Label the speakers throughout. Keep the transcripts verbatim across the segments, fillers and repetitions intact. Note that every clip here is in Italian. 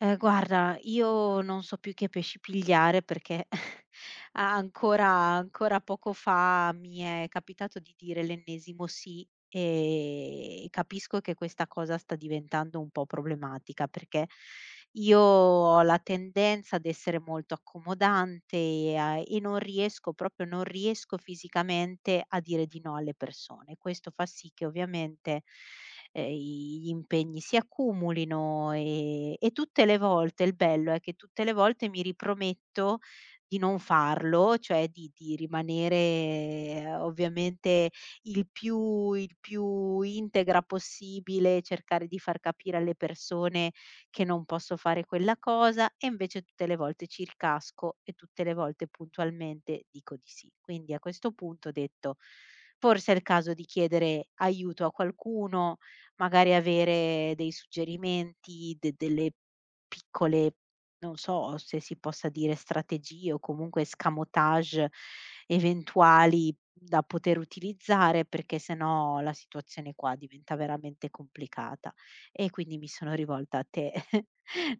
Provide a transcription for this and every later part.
Speaker 1: Ehm, guarda, io non so più che pesci pigliare perché a ancora ancora poco fa mi è capitato di dire l'ennesimo sì. Ehm, capisco che questa cosa sta diventando un po' problematica, perché io ho la tendenza ad essere molto accomodante e a e non riesco proprio non riesco fisicamente a dire di no alle persone. Questo fa sì che, ovviamente, ehm, i gli impegni si accumulino, ehm, e tutte le volte il bello è che tutte le volte mi riprometto di non farlo, cioè di di rimanere, eh, ovviamente, il più il più integra possibile, cercare di far capire alle persone che non posso fare quella cosa, e invece tutte le volte ci ricasco e tutte le volte puntualmente dico di sì. Quindi a questo punto ho detto: "Forse è il caso di chiedere aiuto a qualcuno, magari avere dei suggerimenti, de delle piccole, non so se si possa dire, strategie o comunque escamotage eventuali da poter utilizzare, perché sennò la situazione qua diventa veramente complicata." E quindi mi sono rivolta a te.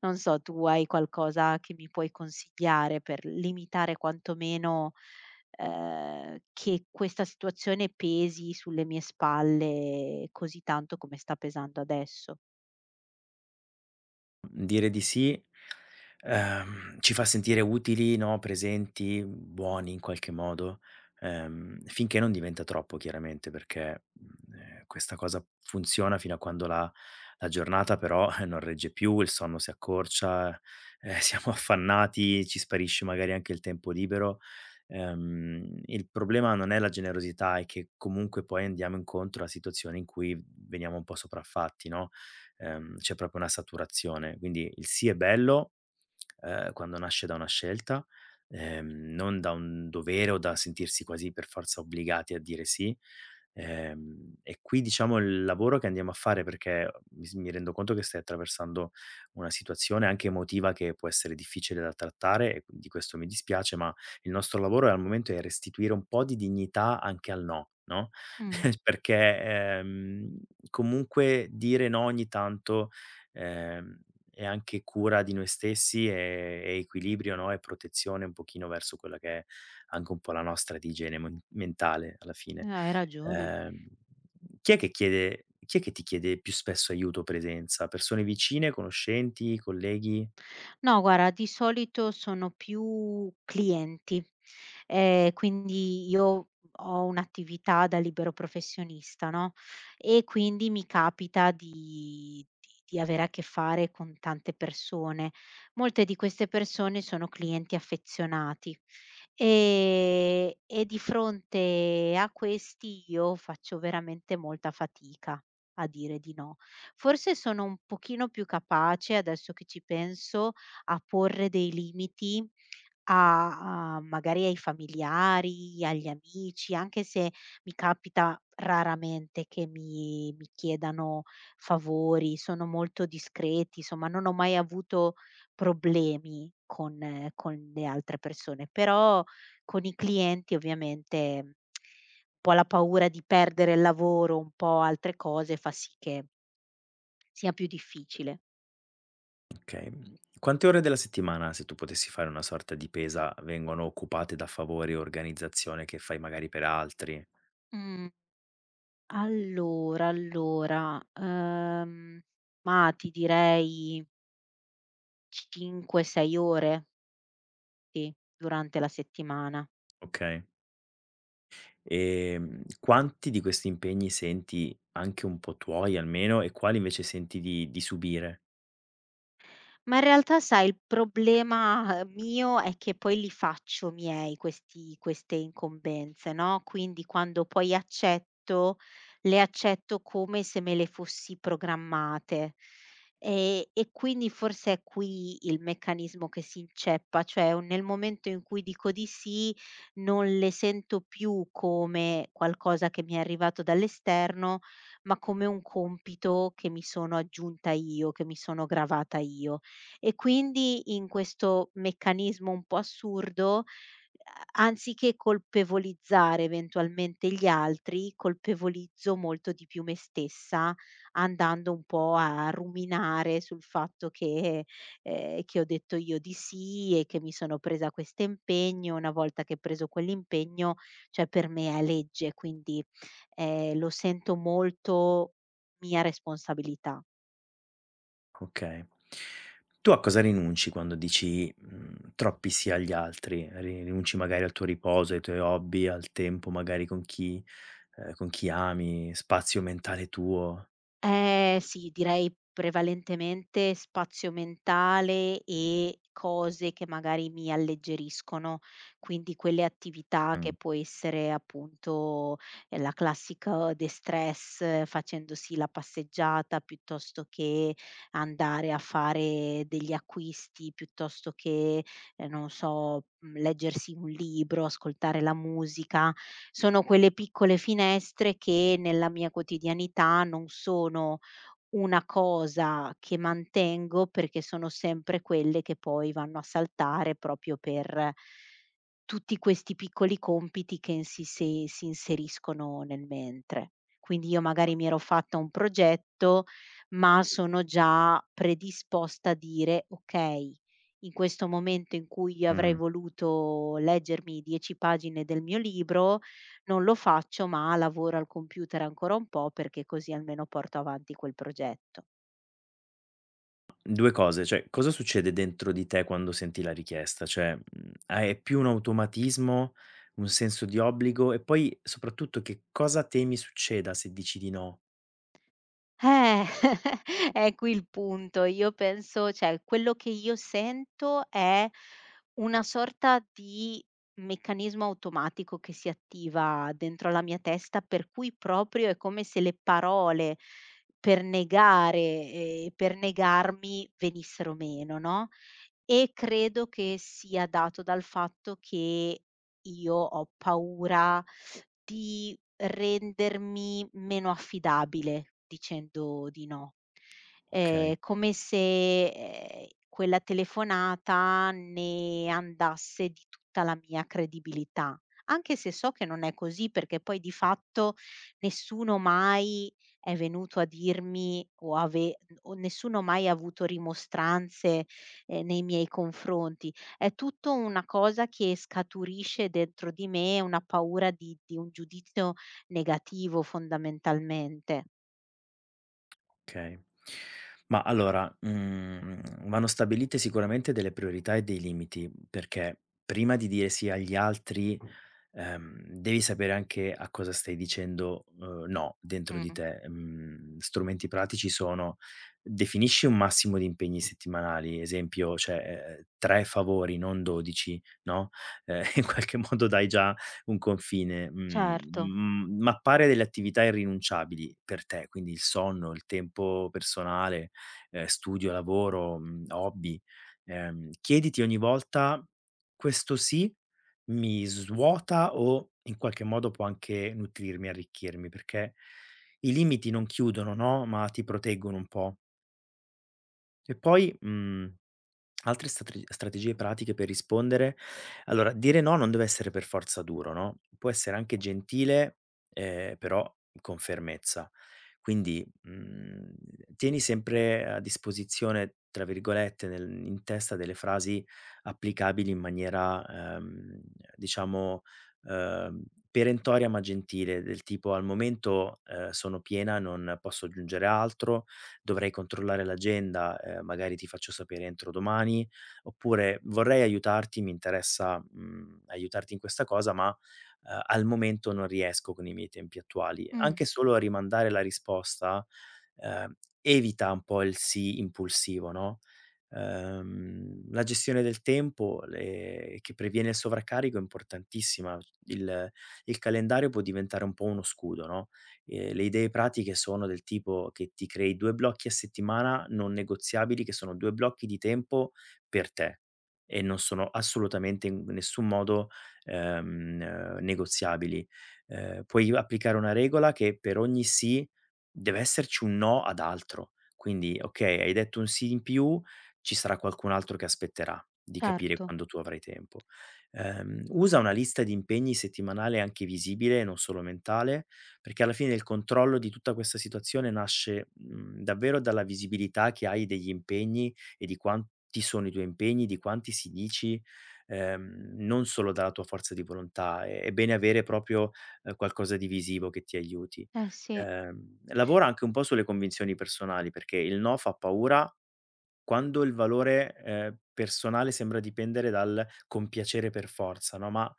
Speaker 1: Non so, tu hai qualcosa che mi puoi consigliare per limitare quantomeno, ehm, che questa situazione pesi sulle mie spalle così tanto come sta pesando adesso?
Speaker 2: Dire di sì, ehm, ci fa sentire utili, no, presenti, buoni in qualche modo, ehm, finché non diventa troppo chiaramente, perché, mhmm, ehm, questa cosa funziona fino a quando la la giornata però, eh, non regge più, il sonno si accorcia, eh, siamo affannati, ci sparisce magari anche il tempo libero. Ehm, il problema non è la generosità, è che comunque poi andiamo incontro a situazioni in cui veniamo un po' sopraffatti, no? Ehm, c'è proprio una saturazione. Quindi il sì è bello, ehm, quando nasce da una scelta, ehm, non da un dovere o da sentirsi quasi per forza obbligati a dire sì. Ehm, e qui diciamo il lavoro che andiamo a fare perché mi s mi rendo conto che stai attraversando una situazione anche emotiva che può essere difficile da trattare e di questo mi dispiace, ma il nostro lavoro al momento è restituire un po' di dignità anche al no, no?
Speaker 1: Mh,
Speaker 2: Perché, ehm, comunque dire no ogni tanto, ehm, è anche cura di noi stessi, e e equilibrio, no, e protezione un pochino verso quella che è anche un po' la nostra di igiene mon mentale alla fine.
Speaker 1: hai ragione.
Speaker 2: Ehm, Chi è che chiede, chi è che ti chiede più spesso aiuto o presenza? Persone vicine, conoscenti, colleghi?
Speaker 1: No, guarda, di solito sono più clienti, ehm, quindi io ho un'attività da libero professionista, no, e quindi mi capita di di di avere a che fare con tante persone. Molte di queste persone sono clienti affezionati, ehm, e di fronte a questi io faccio veramente molta fatica a dire di no. Forse sono un pochino più capace, adesso che ci penso, a porre dei limiti a a magari ai familiari, agli amici, anche se mi capita raramente che mi mi chiedano favori, sono molto discreti, insomma non ho mai avuto problemi con eh, con le altre persone, però con i clienti ovviamente un po' la paura di perdere il lavoro, un po' altre cose fa sì che sia più difficile.
Speaker 2: Okay. Mhmm, Quante ore della settimana, se tu potessi fare una sorta di pesa, vengono occupate da favori o organizzazione che fai magari per altri?
Speaker 1: Mh. Allora, allora, ehm, ma ti direi cinque, sei ore, sì, durante la settimana.
Speaker 2: Okay. Ehm, quanti di questi impegni senti anche un po' tuoi almeno e quali invece senti di di subire?
Speaker 1: Ma in realtà sai il problema, uhm, mio è che poi li faccio miei questi queste incombenze, no, quindi quando poi accetto, le accetto come se me le fossi programmate. Ehm, e quindi forse è qui il meccanismo che si inceppa, cioè o nel momento in cui dico di sì, non le sento più come qualcosa che mi è arrivato dall'esterno, ma come un compito che mi sono aggiunta io, che mi sono gravata io. E quindi in questo meccanismo un po' assurdo, eh, anziché colpevolizzare eventualmente gli altri, colpevolizzo molto di più me stessa, andando un po' a ruminare sul fatto che, ehm, che ho detto io di sì e che mi sono presa quest'impegno. Una volta che ho preso quell'impegno, cioè, per me è legge, quindi, ehm, lo sento molto mia responsabilità.
Speaker 2: Okay. Tu a cosa rinunci quando dici, mhmm, troppi sì agli altri? Ri Rinunci magari al tuo riposo, ai tuoi hobby, al tempo magari con chi, ehm, con chi ami, spazio mentale tuo?
Speaker 1: Ehm, sì, direi prevalentemente spazio mentale e cose che magari mi alleggeriscono, quindi quelle attività che
Speaker 2: Mh,
Speaker 1: può essere, appunto, ehm, la classica de-stress, eh, facendosi la passeggiata, piuttosto che andare a fare degli acquisti, piuttosto che ehm, non so, mhmm, leggersi un libro, ascoltare la musica. Sono quelle piccole finestre che nella mia quotidianità non sono una cosa che mantengo, perché sono sempre quelle che poi vanno a saltare proprio per tutti questi piccoli compiti che si si si inseriscono nel mentre. Quindi io magari mi ero fatta un progetto, ma sono già predisposta a dire: "Okay, in questo momento in cui io avrei
Speaker 2: mh.
Speaker 1: voluto leggermi dieci pagine del mio libro, non lo faccio, ma lavoro al computer ancora un po' perché così almeno porto avanti quel progetto."
Speaker 2: due cose, cioè cosa succede dentro di te quando senti la richiesta? Cioè, mhmm, ah, è più un automatismo, un senso di obbligo e poi soprattutto che cosa temi succeda se dici di no?
Speaker 1: Eh, è qui il punto. Io penso, cioè, quello che io sento è una sorta di meccanismo automatico che si attiva dentro la mia testa, per cui proprio è come se le parole per negare e per negarmi venissero meno, no? E credo che sia dato dal fatto che io ho paura di rendermi meno affidabile dicendo di no.
Speaker 2: Okay,
Speaker 1: È come se, ehm, quella telefonata ne andasse di tutta la mia credibilità, anche se so che non è così, perché poi di fatto nessuno mai è venuto a dirmi, o ave o nessuno mai ha avuto rimostranze, ehm, nei miei confronti. È tutto una cosa che scaturisce dentro di me, una paura di di un giudizio negativo, fondamentalmente.
Speaker 2: okay. Ma allora, mhmm, vanno stabilite sicuramente delle priorità e dei limiti, perché prima di dire sì agli altri, ehm, devi sapere anche a cosa stai dicendo, uhm, no dentro di
Speaker 1: Mh,
Speaker 2: te. Mhmm, Strumenti pratici sono: definisci un massimo di impegni settimanali, esempio, cioè, ehm, tre favori, non dodici, no, ehm, in qualche modo dai già un confine. Mhmm,
Speaker 1: certo.
Speaker 2: mhmm, Mappare delle attività irrinunciabili per te, quindi il sonno, il tempo personale, ehm, studio, lavoro, mhmm, hobby. Ehm, chiediti ogni volta: "Questo sì?" Mi svuota o in qualche modo può anche nutrirmi, arricchirmi, perché i limiti non chiudono, no, ma ti proteggono un po'. E poi, mhmm altre strate strategie pratiche per rispondere? Allora, dire no non deve essere per forza duro, no, può essere anche gentile, ehm, però con fermezza. Quindi, mhmm, tieni sempre a disposizione, tra virgolette, nel in testa delle frasi applicabili in maniera, ehm, diciamo, ehm, perentoria ma gentile, del tipo: "Al momento, ehm, sono piena, non posso aggiungere altro." Dovrei controllare l'agenda, ehm, magari ti faccio sapere entro domani, oppure vorrei aiutarti, mi interessa, mhmm, aiutarti in questa cosa, ma, ehm, al momento non riesco con i miei tempi attuali.
Speaker 1: Mh,
Speaker 2: Anche solo a rimandare la risposta, ehm, evita un po' il sì impulsivo, no, ehm, la gestione del tempo le che previene il sovraccarico è importantissima. Il il calendario può diventare un po' uno scudo, no? Ehm, le idee pratiche sono del tipo che ti crei due blocchi a settimana non negoziabili, che sono due blocchi di tempo per te e non sono assolutamente in nessun modo, ehm, eh, negoziabili. Ehm, puoi applicare una regola che per ogni sì deve esserci un no ad altro. Quindi, okay, hai detto un sì in più, ci sarà qualcun altro che aspetterà di capire
Speaker 1: certo.
Speaker 2: quando tu avrai tempo. Ehm, usa una lista di impegni settimanale anche visibile, non solo mentale, perché alla fine il controllo di tutta questa situazione nasce, mhmm, davvero dalla visibilità che hai degli impegni e di quanti sono i tuoi impegni, di quanti si dici, ehm, non solo dalla tua forza di volontà. È è bene avere proprio, ehm, qualcosa di visivo che ti aiuti.
Speaker 1: Eh sì.
Speaker 2: Ehm, lavora anche un po' sulle convinzioni personali, perché il no fa paura quando il valore, ehm, personale sembra dipendere dal compiacere per forza, no, ma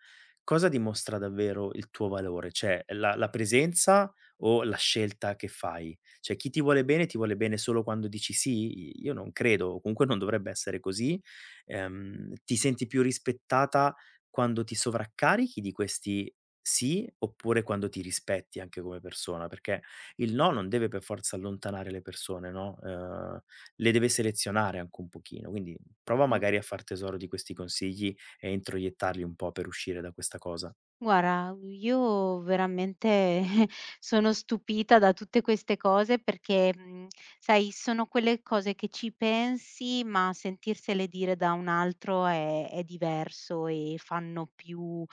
Speaker 2: cosa dimostra davvero il tuo valore? Cioè la la presenza o la scelta che fai? Cioè chi ti vuole bene, ti vuole bene solo quando dici sì? I Io non credo, o comunque non dovrebbe essere così. Ehm, ti senti più rispettata quando ti sovraccarichi di questi sì, oppure quando ti rispetti anche come persona? Perché il no non deve per forza allontanare le persone, no? Ehm le deve selezionare anche un pochino, quindi prova
Speaker 1: Eh.
Speaker 2: magari a far tesoro di questi consigli e introiettarli un po' per uscire da questa cosa.
Speaker 1: Guarda, io veramente sono stupita da tutte queste cose perché, mhmm, sai, sono quelle cose che ci pensi, ma sentirsele dire da un altro è è diverso e fanno più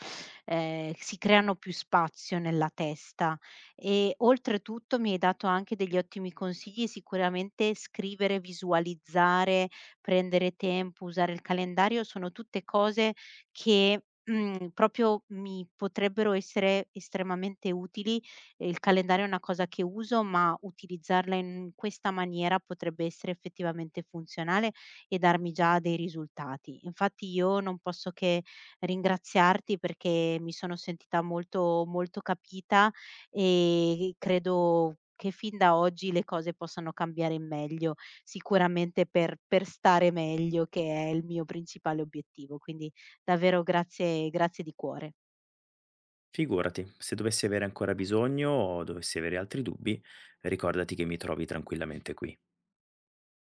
Speaker 1: ehm, si creano più spazio nella testa. E oltretutto mi hai dato anche degli ottimi consigli, sicuramente scrivere, visualizzare, prendere tempo, usare il calendario, sono tutte cose che, mhmm, proprio mi potrebbero essere estremamente utili. Ehm, il calendario è una cosa che uso, ma utilizzarla in questa maniera potrebbe essere effettivamente funzionale e darmi già dei risultati. Infatti io non posso che ringraziarti, perché mi sono sentita molto, molto capita, e credo che fin da oggi le cose possano cambiare in meglio, sicuramente per per stare meglio, che è il mio principale obiettivo. Quindi Davvero grazie, grazie di cuore.
Speaker 2: Figurati, se dovessi avere ancora bisogno o dovessi avere altri dubbi, ricordati che mi trovi tranquillamente qui.